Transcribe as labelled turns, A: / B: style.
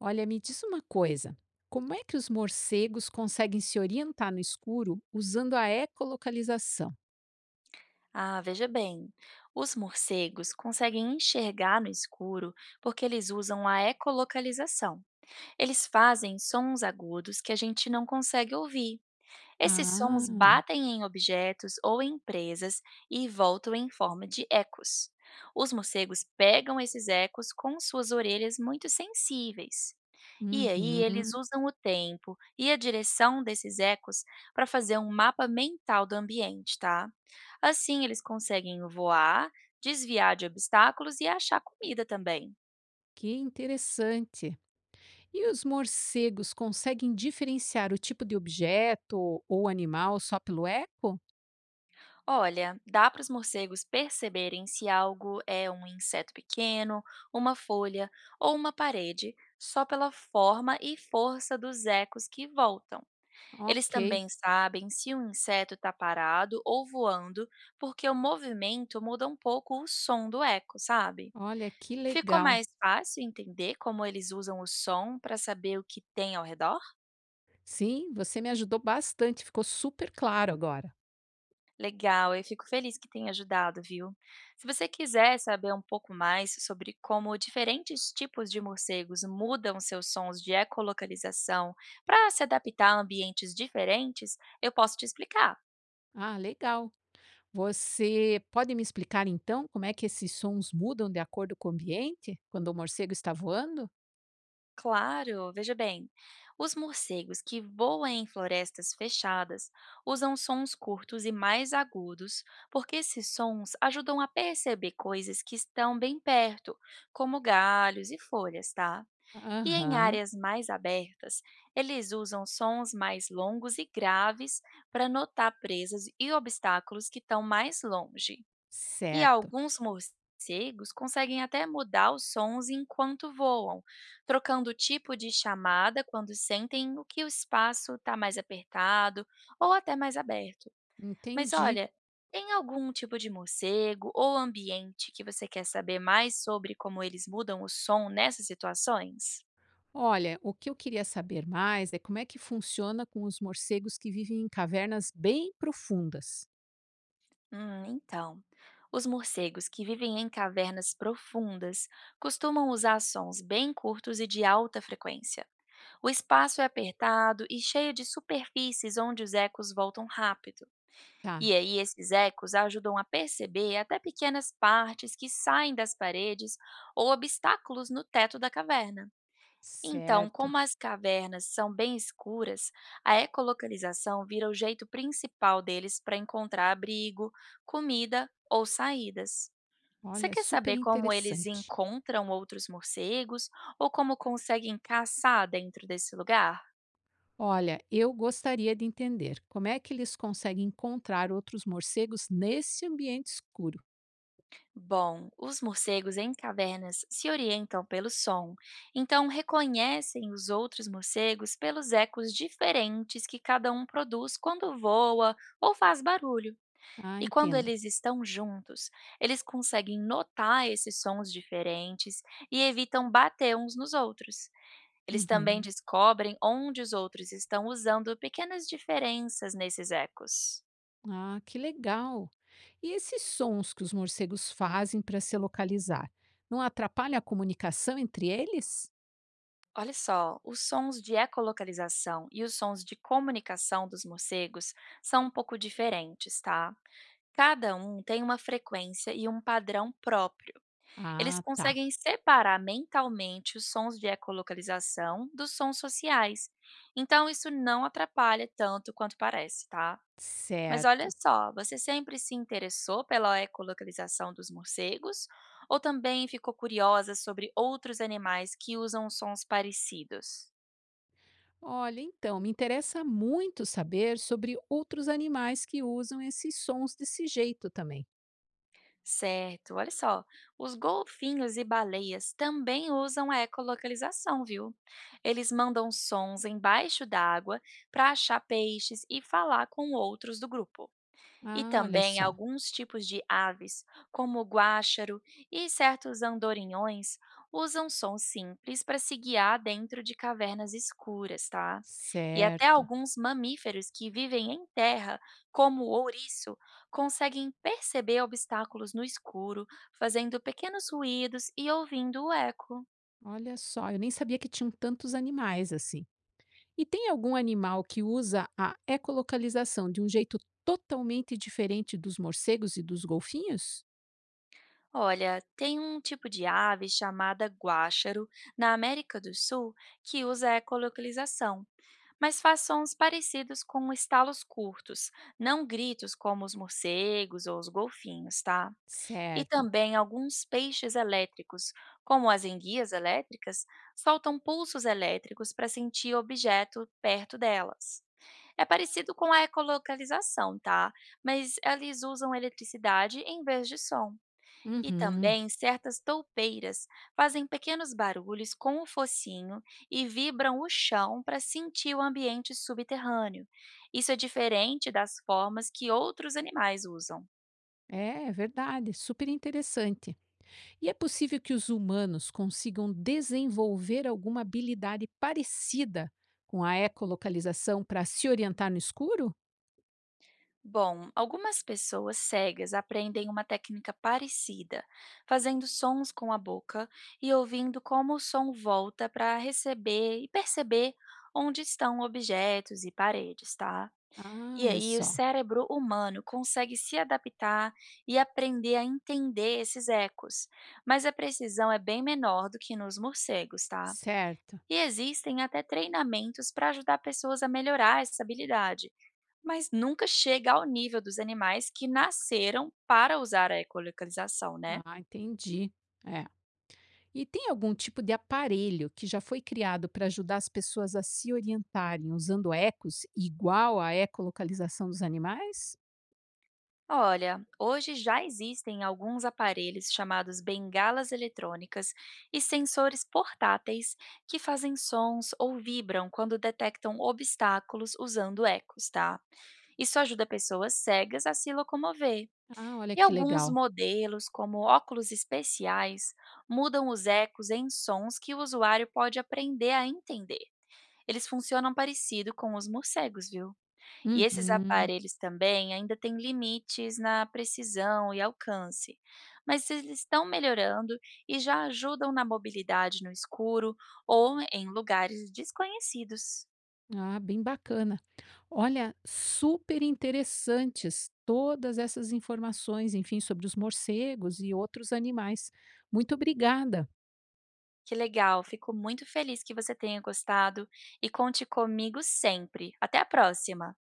A: Olha, me diz uma coisa. Como é que os morcegos conseguem se orientar no escuro usando a ecolocalização?
B: Ah, veja bem, os morcegos conseguem enxergar no escuro porque eles usam a ecolocalização. Eles fazem sons agudos que a gente não consegue ouvir. Esses sons
A: Ah,
B: batem em objetos ou em presas e voltam em forma de ecos. Os morcegos pegam esses ecos com suas orelhas muito sensíveis. E aí eles
A: uhum,
B: usam o tempo e a direção desses ecos para fazer um mapa mental do ambiente, tá? Assim eles conseguem voar, desviar de obstáculos e achar comida também.
A: que interessante. E os morcegos conseguem diferenciar o tipo de objeto ou animal só pelo eco?
B: Olha, dá para os morcegos perceberem se algo é um inseto pequeno, uma folha ou uma parede, só pela forma e força dos ecos que voltam. Eles
A: Ok,
B: também sabem se um inseto está parado ou voando, porque o movimento muda um pouco o som do eco, sabe?
A: olha que
B: Ficou
A: legal.
B: mais fácil entender como eles usam o som para saber o que tem ao redor?
A: Sim, você me ajudou bastante, ficou super claro agora.
B: Legal, eu fico feliz que tenha ajudado, viu? Se você quiser saber um pouco mais sobre como diferentes tipos de morcegos mudam seus sons de ecolocalização para se adaptar a ambientes diferentes, eu posso te explicar.
A: Ah, legal. Você pode me explicar então como é que esses sons mudam de acordo com o ambiente quando o morcego está voando?
B: Claro, veja bem. Os morcegos que voam em florestas fechadas usam sons curtos e mais agudos, porque esses sons ajudam a perceber coisas que estão bem perto, como galhos e folhas, tá? E em
A: Aham,
B: áreas mais abertas, eles usam sons mais longos e graves para notar presas e obstáculos que estão mais longe. E
A: certo.
B: alguns morcegos conseguem até mudar os sons enquanto voam, trocando o tipo de chamada quando sentem o que o espaço está mais apertado ou até mais aberto. Mas
A: Entendi.
B: olha, tem algum tipo de morcego ou ambiente que você quer saber mais sobre como eles mudam o som nessas situações?
A: Olha, o que eu queria saber mais é como é que funciona com os morcegos que vivem em cavernas bem profundas.
B: Então. Os morcegos que vivem em cavernas profundas costumam usar sons bem curtos e de alta frequência. O espaço é apertado e cheio de superfícies onde os ecos voltam rápido.
A: Tá,
B: E aí, esses ecos ajudam a perceber até pequenas partes que saem das paredes ou obstáculos no teto da caverna. Então,
A: certo.
B: como as cavernas são bem escuras, a ecolocalização vira o jeito principal deles para encontrar abrigo, comida ou saídas. Você
A: Olha,
B: quer
A: super
B: saber como eles
A: interessante.
B: encontram outros morcegos ou como conseguem caçar dentro desse lugar?
A: Olha, eu gostaria de entender como é que eles conseguem encontrar outros morcegos nesse ambiente escuro.
B: Bom, os morcegos em cavernas se orientam pelo som, então reconhecem os outros morcegos pelos ecos diferentes que cada um produz quando voa ou faz barulho.
A: Ah,
B: E quando
A: entendo.
B: eles estão juntos, eles conseguem notar esses sons diferentes e evitam bater uns nos outros. Eles também
A: Uhum.
B: descobrem onde os outros estão usando pequenas diferenças nesses ecos.
A: Ah, que legal! E esses sons que os morcegos fazem para se localizar, não atrapalha a comunicação entre eles?
B: Olha só, os sons de ecolocalização e os sons de comunicação dos morcegos são um pouco diferentes, tá? Cada um tem uma frequência e um padrão próprio. Eles
A: Ah, tá,
B: conseguem separar mentalmente os sons de ecolocalização dos sons sociais. Então, isso não atrapalha tanto quanto parece, tá? Mas olha
A: certo.
B: só, você sempre se interessou pela ecolocalização dos morcegos ou também ficou curiosa sobre outros animais que usam sons parecidos?
A: Olha, então, me interessa muito saber sobre outros animais que usam esses sons desse jeito também.
B: Certo, olha só. Os golfinhos e baleias também usam a ecolocalização, viu? Eles mandam sons embaixo d'água para achar peixes e falar com outros do grupo. E
A: Ah, olha
B: também
A: só.
B: alguns tipos de aves, como o guáxaro e certos andorinhões, usam sons simples para se guiar dentro de cavernas escuras, tá? E até
A: Certo.
B: alguns mamíferos que vivem em terra, como o ouriço, conseguem perceber obstáculos no escuro, fazendo pequenos ruídos e ouvindo o eco.
A: Olha só, eu nem sabia que tinham tantos animais assim. E tem algum animal que usa a ecolocalização de um jeito totalmente diferente dos morcegos e dos golfinhos?
B: Olha, tem um tipo de ave chamada guáxaro na América do Sul que usa ecolocalização, mas faz sons parecidos com estalos curtos, não gritos como os morcegos ou os golfinhos, tá? E
A: Certo.
B: também alguns peixes elétricos, como as enguias elétricas, soltam pulsos elétricos para sentir objeto perto delas. É parecido com a ecolocalização, tá? Mas eles usam eletricidade em vez de som. E
A: Uhum.
B: também certas toupeiras fazem pequenos barulhos com o focinho e vibram o chão para sentir o ambiente subterrâneo. Isso é diferente das formas que outros animais usam.
A: É, é verdade, super interessante. E é possível que os humanos consigam desenvolver alguma habilidade parecida com a ecolocalização para se orientar no escuro?
B: Bom, algumas pessoas cegas aprendem uma técnica parecida, fazendo sons com a boca e ouvindo como o som volta para receber e perceber onde estão objetos e paredes, tá?
A: Ah,
B: E
A: olha
B: aí, o
A: só.
B: cérebro humano consegue se adaptar e aprender a entender esses ecos, mas a precisão é bem menor do que nos morcegos, tá?
A: Certo.
B: E existem até treinamentos para ajudar pessoas a melhorar essa habilidade, mas nunca chega ao nível dos animais que nasceram para usar a ecolocalização, né?
A: Ah, entendi. É. E tem algum tipo de aparelho que já foi criado para ajudar as pessoas a se orientarem usando ecos igual à ecolocalização dos animais?
B: Olha, hoje já existem alguns aparelhos chamados bengalas eletrônicas e sensores portáteis que fazem sons ou vibram quando detectam obstáculos usando ecos, tá? Isso ajuda pessoas cegas a se locomover.
A: Ah, olha
B: E
A: que
B: alguns
A: legal.
B: modelos, como óculos especiais, mudam os ecos em sons que o usuário pode aprender a entender. Eles funcionam parecido com os morcegos, viu? E esses
A: Uhum.
B: aparelhos também ainda têm limites na precisão e alcance, mas eles estão melhorando e já ajudam na mobilidade no escuro ou em lugares desconhecidos.
A: Ah, bem bacana. Olha, super interessantes todas essas informações, enfim, sobre os morcegos e outros animais. Muito obrigada.
B: Que legal, fico muito feliz que você tenha gostado e conte comigo sempre. Até a próxima!